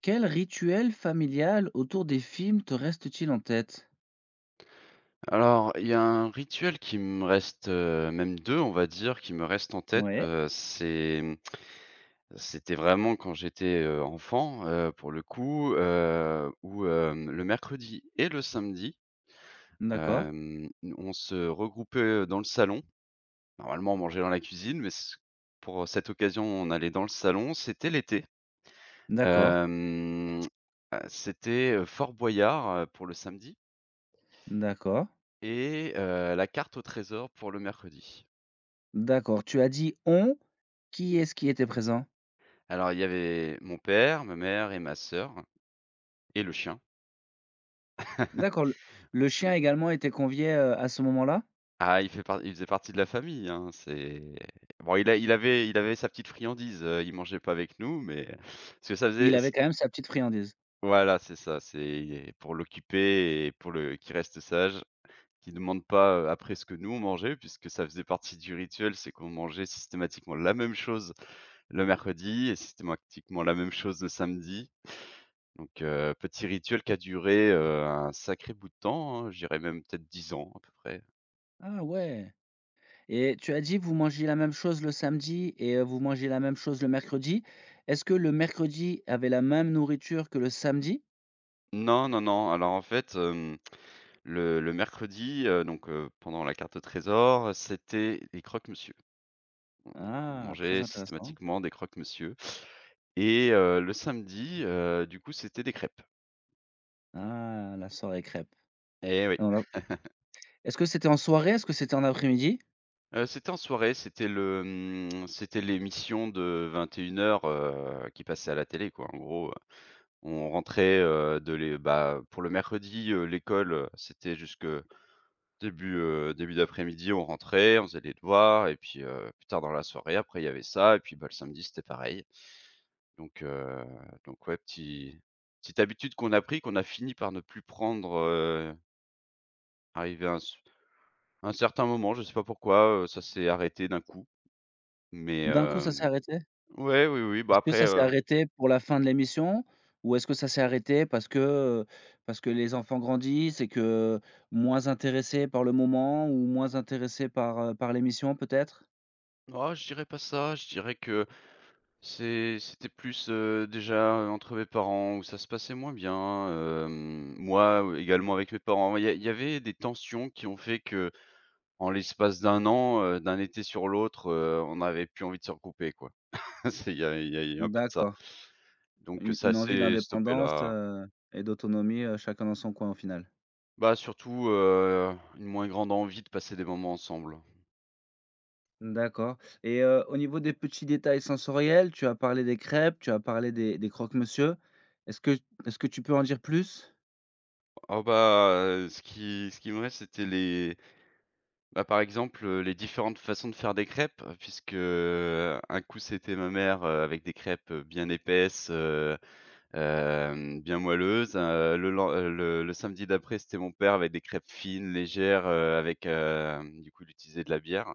Quel rituel familial autour des films te reste-t-il en tête? Alors, il y a un rituel qui me reste, même 2, on va dire, qui me reste en tête, Ouais. C'était vraiment quand j'étais, enfant, pour le coup, où, le mercredi et le samedi, D'accord, hem, on se regroupait dans le salon. Normalement, on mangeait dans la cuisine, mais c pour cette occasion, on allait dans le salon. C'était l'été, d'accord, hem, c'était, Fort Boyard, pour le samedi, d'accord, et la carte au trésor pour le mercredi. d'accord. Tu as dit «on», qui est-ce qui était présent? Alors, il y avait mon père, ma mère et ma sœur et le chien. D'accord, le chien également était convié, à ce moment-là? Il faisait partie de la famille, hein. C'est bon, il avait sa petite friandise, il mangeait pas avec nous, mais parce que ça Il faisait s avait quand même sa petite friandise? voilà, c'est ça, c'est pour l'occuper et pour le qu'il reste sage, qu'il ne demande pas, après ce que nous, on mangeait, puisque ça faisait partie du rituel, c'est qu'on mangeait systématiquement la même chose le mercredi et systématiquement la même chose le samedi. Donc, petit rituel qui a duré, un sacré bout de temps, hein, je dirais même peut-être 10 ans à peu près. Ah ouais, et tu as dit: «Vous mangez la même chose le samedi et vous mangez la même chose le mercredi». Est-ce que le mercredi avait la même nourriture que le samedi? Non, non, non, alors en fait, le mercredi, pendant la carte au trésor, c'était les croque-monsieur. On Ah, très mangeait intéressant. systématiquement des croque-monsieur et le samedi, du coup, c'était des crêpes. Ah, la soirée crêpes. Eh oui, Est-ce que c'était en soirée? Est-ce que c'était en après-midi? C'était en soirée, c'était l'émission de 21:00, heures qui passait à la télé quoi, en gros. On rentrait, de l'é bah, pour le mercredi, l'école, c'était jusque début d'après-midi. On rentrait, on faisait les devoirs, et puis, plus tard dans la soirée, après il y avait ça, et puis, bah, le samedi, c'était pareil. Donc heu, donc, ouais, petite habitude qu'on a pris, qu'on a fini par ne plus prendre, arrivé à un certain moment. Je sais pas pourquoi, ça s'est arrêté d'un coup. Mais D'un coup, ça s'est arrêté? ouais, oui, oui, bah, Est-ce que après. ça s'est heu, arrêté pour la fin de l'émission? Ou est-ce que ça s'est arrêté parce que les enfants grandissent et que moins intéressés par le moment ou moins intéressés par, par l'émission peut-être? oh, je dirais pas ça, je dirais que c'était plus, déjà, entre mes parents où ça se passait moins bien, moi, également avec mes parents. Il y avait des tensions qui ont fait que en l'espace d'un an, d'un été sur l'autre, on n'avait plus envie de se recouper, quoi. C'est il y a il y a il y a un peu de ça. D'accord, Donc, u ça une envie s'est stoppé d'indépendance, là. Et d'autonomie, chacun dans son coin au final. Bah, surtout, une moins grande envie de passer des moments ensemble. D'accord, et au niveau des petits détails sensoriels, tu as parlé des crêpes, tu as parlé des croque-monsieur. Est-ce que est-ce que tu peux en dire plus? Oh, bah, ce qui me reste, c'était les bah, par exemple, les différentes façons de faire des crêpes, puisque, un coup, c'était ma mère, avec des crêpes, bien épaisses, bien moelleuses, le len le samedi d'après, c'était mon père avec des crêpes fines, légères, avec, hem, du coup, il utilisait de la bière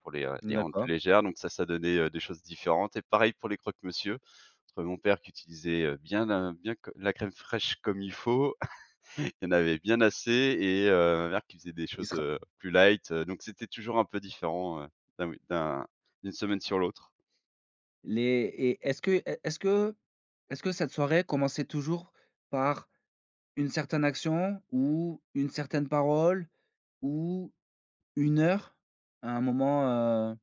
pour les rendre plus D'accord. légères. Donc ça donnait, des choses différentes, et pareil pour les croque-monsieur, entre mon père qui utilisait, bien la bien co la crème fraîche comme il faut, il y en avait bien assez, et ma mère qui faisait des Il choses, sera. Plus light, donc c'était toujours un peu différent, d'un oui, d'une semaine sur l'autre. Les et est-ce que est-ce que cette soirée commençait toujours par une certaine action ou une certaine parole ou une heure? À un moment,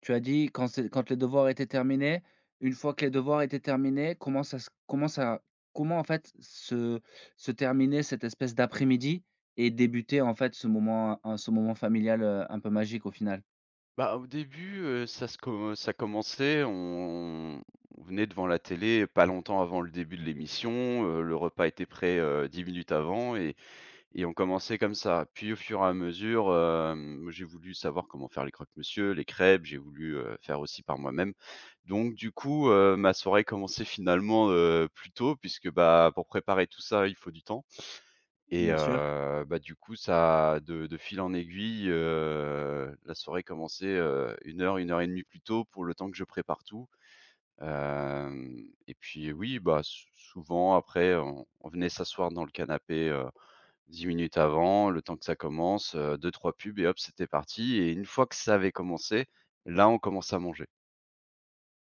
tu as dit quand c'est quand les devoirs étaient terminés, une fois que les devoirs étaient terminés, comment ça comment en fait se terminait cette espèce d'après-midi et débutait en fait ce moment familial, un peu magique au final? Bah, au début, ça commençait, on venait devant la télé pas longtemps avant le début de l'émission, le repas était prêt, 10 minutes avant. Et on commençait comme ça. Puis au fur et à mesure, j'ai voulu savoir comment faire les croque-monsieur, les crêpes, j'ai voulu, faire aussi par moi-même. Donc du coup, ma soirée commençait finalement, plus tôt puisque, bah, pour préparer tout ça, il faut du temps, et Bien sûr. Bah, du coup, ça de fil en aiguille, la soirée commençait, 1 heure, une heure et demie plus tôt pour le temps que je prépare tout. Hem et puis oui, bah, souvent après on venait s'asseoir dans le canapé, 10 minutes avant, le temps que ça commence, 2-3 pubs et hop, c'était parti, et une fois que ça avait commencé, là, on commence à manger.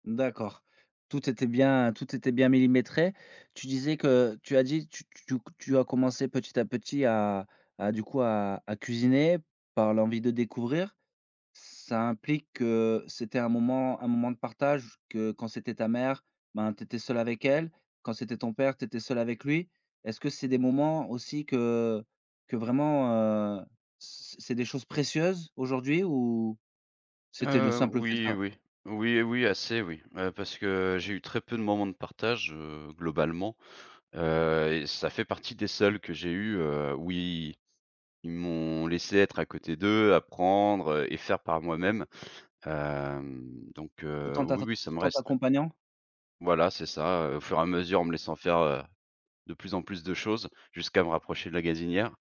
D'accord. Tout était bien millimétré. Tu disais que tu as dit tu as commencé petit à petit à du coup à cuisiner par l'envie de découvrir. Ça implique que c'était un moment de partage, que quand c'était ta mère, ben, tu étais seule avec elle, quand c'était ton père, tu étais seule avec lui. Est-ce que c'est des moments aussi que vraiment, heu, c'est des choses précieuses aujourd'hui ou c'était le simple fait de Oui, faire oui. Oui, oui, assez, oui, parce que j'ai eu très peu de moments de partage, globalement, et ça fait partie des seuls que j'ai eu, où ils m'ont laissé être à côté d'eux, apprendre, et faire par moi-même, hem, donc tout en t'ac oui, oui, ça tout me en reste, oui. t'accompagnant? Voilà, c'est ça, au fur et à mesure, en me laissant faire, de plus en plus de choses jusqu'à me rapprocher de la gazinière.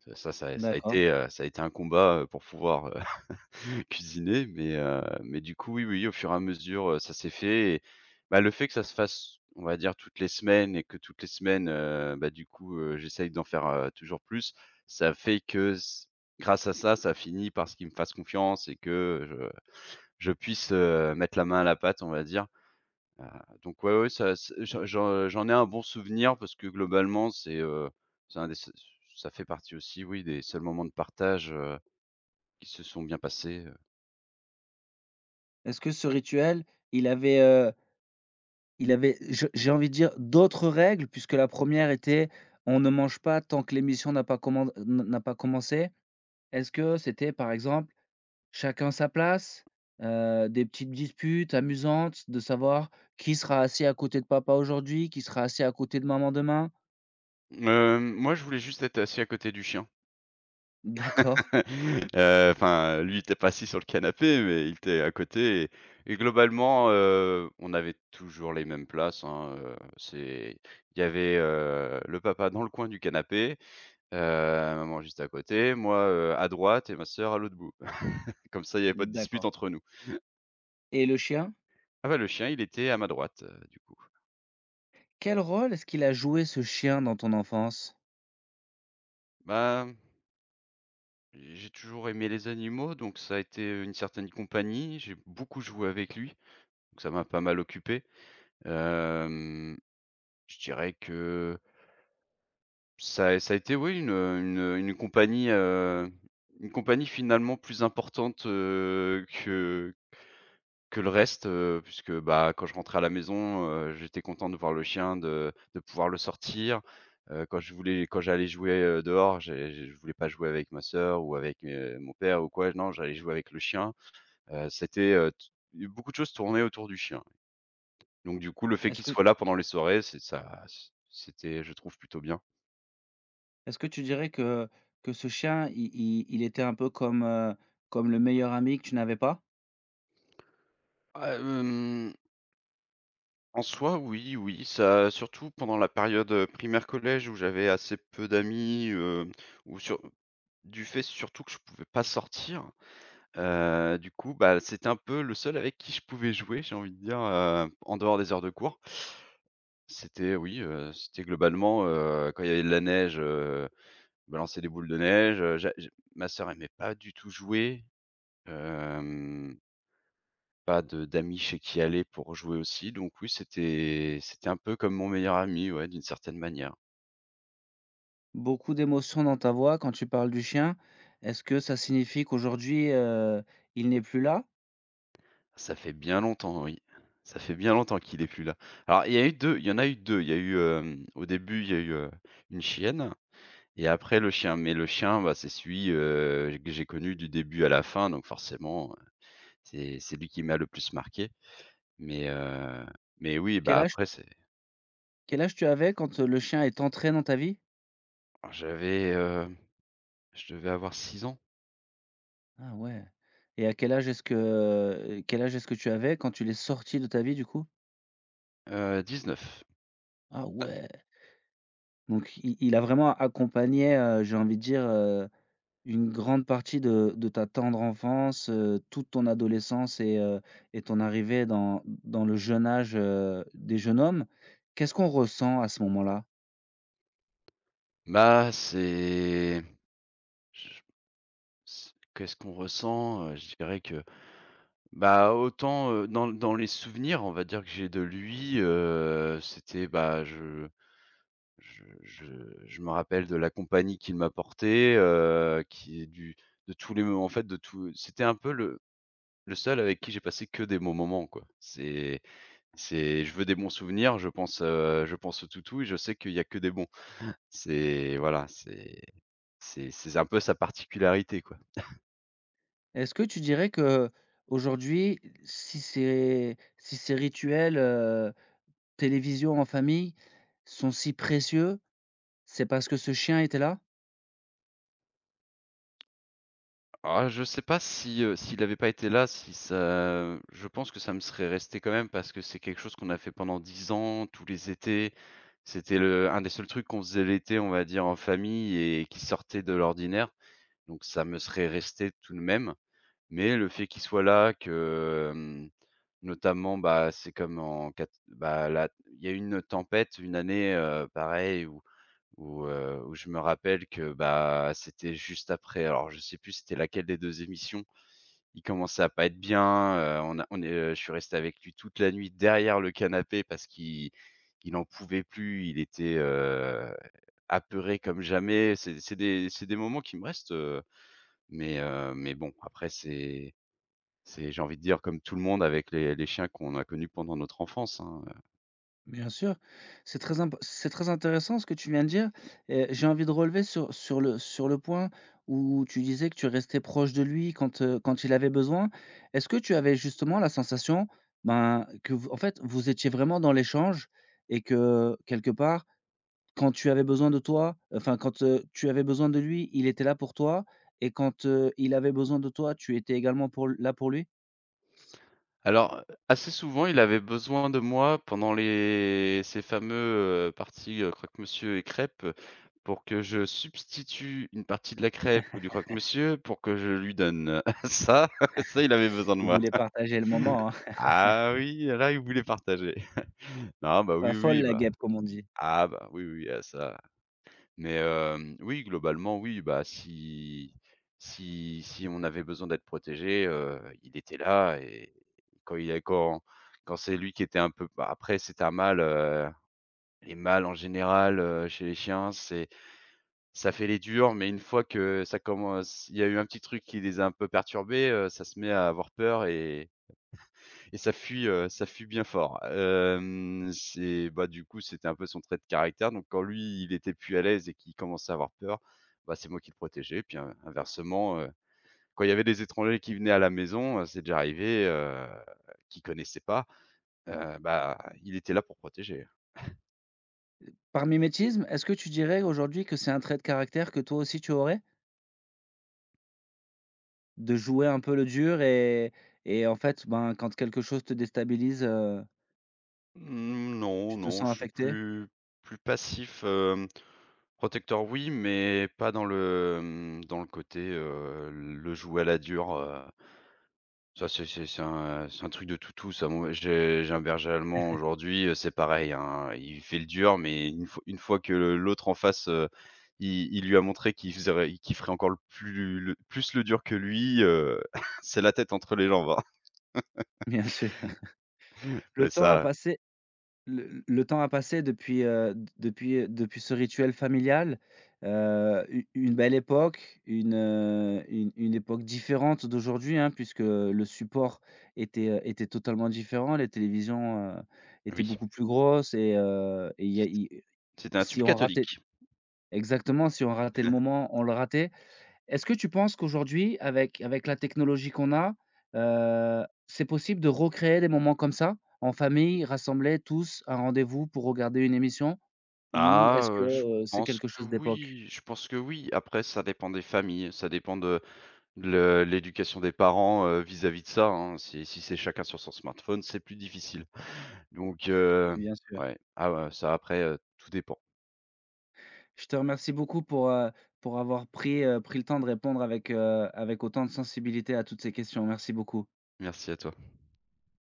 Ça a D'accord. été, un combat, pour pouvoir, cuisiner, mais du coup, oui, oui, au fur et à mesure, ça s'est fait, et bah, le fait que ça se fasse, on va dire, toutes les semaines, et que toutes les semaines, bah, du coup, j'essaye d'en faire, toujours plus. Ça fait que s Grâce à ça, ça finit par ce qu'ils me fassent confiance, et que je je puisse, mettre la main à la pâte, on va dire. Heu, donc ouais, ouais, ça ça j'en ai un bon souvenir, parce que globalement, c'est un des seuls. Ça fait partie aussi, oui, des seuls moments de partage, qui se sont bien passés, Est-ce que ce rituel, il avait, il avait, je j'ai envie de dire, d'autres règles puisque la première était: «On ne mange pas tant que l'émission n'a pas commencé». Est-ce que c'était par exemple chacun sa place, des petites disputes amusantes de savoir qui sera assis à côté de papa aujourd'hui, qui sera assis à côté de maman demain? Moi, je voulais juste être assis à côté du chien. D'accord, Enfin, lui, il était pas assis sur le canapé, mais il était à côté, et globalement, on avait toujours les mêmes places, hein, c'est il y avait, le papa dans le coin du canapé. Heu, Maman juste à côté, moi, à droite, et ma sœur à l'autre bout. Comme ça, il n'y avait pas de dispute d'accord. entre nous. Et le chien? Ah bah, le chien, il était à ma droite, du coup. Quel rôle est-ce qu'il a joué, ce chien, dans ton enfance? Bah, j'ai toujours aimé les animaux, donc ça a été une certaine compagnie. J'ai beaucoup joué avec lui, donc ça m'a pas mal occupé. Hem, je dirais que ça a été, oui, une, une compagnie, heu, une compagnie finalement plus importante, que le reste, puisque, bah, quand je rentrais à la maison, j'étais content de voir le chien, de pouvoir le sortir. Quand je voulais Quand j'allais jouer, dehors, j'ai je voulais pas jouer avec ma sœur ou avec, mon père ou quoi, non, j'allais jouer avec le chien. C'était, t Beaucoup de choses tournaient autour du chien. Donc du coup, le fait Est-ce qu'il que soit là pendant les soirées, c'était, je trouve, plutôt bien. Est-ce que tu dirais que ce chien, il était un peu comme, comme le meilleur ami que tu n'avais pas? Ah, en soi, oui, oui, ça, surtout pendant la période, primaire collège où j'avais assez peu d'amis, ou sur Du fait surtout que je pouvais pas sortir, du coup, bah, c'était un peu le seul avec qui je pouvais jouer, j'ai envie de dire, en dehors des heures de cours. C'était Oui, c'était globalement, quand il y avait de la neige, balancer des boules de neige, j'a j ma sœur aimait pas du tout jouer, hem, pas de d'amis chez qui aller pour jouer aussi, donc oui, c'était un peu comme mon meilleur ami, ouais, d'une certaine manière. Beaucoup d'émotions dans ta voix quand tu parles du chien. Est-ce que ça signifie qu'aujourd'hui, il n'est plus là? Ça fait bien longtemps, oui. Ça fait bien longtemps qu'il est plus là. Alors il y a eu 2, il y en a eu 2. Il y a eu, hem, Au début, il y a eu, une chienne, et après le chien. Mais le chien, bah, c'est celui, que j'ai connu du début à la fin, donc forcément, c'est lui qui m'a le plus marqué. Mais, oui, Quel bah, âge après c'est. quel âge tu avais quand, le chien est entré dans ta vie? Alors, j'avais, je devais avoir 6 ans? Ah ouais, et à quel âge est-ce que quel âge est-ce que tu avais quand tu l'es sorti de ta vie, du coup? 19. Ah ouais! Donc i il a vraiment accompagné, j'ai envie de dire, une grande partie de ta tendre enfance, toute ton adolescence et et ton arrivée dans le jeune âge, des jeunes hommes. Qu'est-ce qu'on ressent à ce moment-là? Bah, c'est je s qu'est-ce qu'on ressent? Je dirais que Bah, autant, dans les souvenirs, on va dire, que j'ai de lui, c'était, bah, je je je me rappelle de la compagnie qu'il m'apportait, qui est du de tous les moments en fait. De tout C'était un peu le seul avec qui j'ai passé que des bons moments, quoi. C'est Je veux des bons souvenirs, je pense au toutou, et je sais qu'il y a que des bons. C'est Voilà, c'est un peu sa particularité, quoi. Est-ce que tu dirais que aujourd'hui, si ces rituels, télévision en famille, sont si précieux, c'est parce que ce chien était là? Ah, je sais pas si, s'il avait pas été là, si ça je pense que ça me serait resté quand même parce que c'est quelque chose qu'on a fait pendant 10 ans, tous les étés. C'était le un des seuls trucs qu'on faisait l'été, on va dire, en famille et qui sortait de l'ordinaire, donc ça me serait resté tout de même. Mais le fait qu'il soit là, que, notamment, bah, c'est comme en quat bah, là, il y a eu une tempête une année, pareil où où je me rappelle que, bah, c'était juste après, alors je sais plus c'était laquelle des 2 émissions. Il commençait à pas être bien, on a on est, je suis resté avec lui toute la nuit derrière le canapé parce qu'il il en pouvait plus. Il était, apeuré comme jamais. C'est des moments qui me restent, mais, bon, après c'est j'ai envie de dire, comme tout le monde avec les chiens qu'on a connus pendant notre enfance, hein. Bien sûr, c'est très imp c'est très intéressant ce que tu viens de dire, et j'ai envie de relever sur sur le point où tu disais que tu restais proche de lui quand, quand il avait besoin. Est-ce que tu avais justement la sensation, ben, que vous, en fait, vous étiez vraiment dans l'échange et que quelque part, quand tu avais besoin de toi, enfin quand, tu avais besoin de lui, il était là pour toi, et quand, il avait besoin de toi, tu étais également pour là pour lui? Alors, assez souvent, il avait besoin de moi pendant les ces fameux, parties, croque-monsieur et crêpes, pour que je substitue une partie de la crêpe ou du croque-monsieur pour que je lui donne. Ça, ça, il avait besoin de Il moi. voulait partager le moment, hein. Ah oui, là, il voulait partager. Non, bah, Pas oui, folle oui, la bah, guêpe, comme on dit. ah, bah, oui, oui, ah, ça, mais oui, globalement, oui, bah, si on avait besoin d'être protégé, il était là. Et quand il a quand quand c'est lui qui était un peu, bah, après c'est un mâle, les mâles en général, chez les chiens, c'est ça fait les durs, mais une fois que ça commence, il y a eu un petit truc qui les a un peu perturbés, ça se met à avoir peur, et ça fuit bien fort. Hem, c'est Bah, du coup, c'était un peu son trait de caractère, donc quand lui, il était plus à l'aise et qu'il commençait à avoir peur, bah, c'est moi qui le protégeais. Puis in inversement, quand il y avait des étrangers qui venaient à la maison, c'est déjà arrivé, qu'il connaissait pas, bah, il était là pour protéger. Par mimétisme, est-ce que tu dirais aujourd'hui que c'est un trait de caractère que toi aussi tu aurais? De jouer un peu le dur et en fait, ben, quand quelque chose te déstabilise, Mmh, non, tu te non, sens je suis affecté? plus passif, protecteur oui, mais pas dans le, côté, le jouer à la dure, Ça, c'est un truc de toutou, ça. Moi, j'ai un berger allemand aujourd'hui, c'est pareil, hein, il fait le dur, mais une fois que l'autre en face, il lui a montré qu'il faisait qu'il ferait encore le plus le dur que lui, c'est la tête entre les jambes, hein. Bien sûr. Le Mais temps a ça, passé, le temps a passé depuis, d depuis, depuis ce rituel familial, u une belle époque, une, une époque différente d'aujourd'hui, hein, puisque le support était, était totalement différent. Les télévisions, étaient oui. beaucoup plus grosses, et il y C a i C'était un si tube on ratait, catholique. exactement, si on ratait le moment, on le ratait. Est-ce que tu penses qu'aujourd'hui, avec la technologie qu'on a, c'est possible de recréer des moments comme ça? En famille, rassemblés tous à un rendez-vous pour regarder une émission? Ou Ah, est-ce que, je c'est pense quelque que chose d'époque? oui, je pense que oui. Après ça dépend des familles, ça dépend de le l'éducation des parents, vis-à-vis de ça, hein. Si c'est chacun sur son smartphone, c'est plus difficile. Donc, Bien sûr. ouais. Ah ouais, ça après, tout dépend. Je te remercie beaucoup pour avoir pris, pris le temps de répondre avec, avec autant de sensibilité à toutes ces questions. Merci beaucoup. Merci à toi.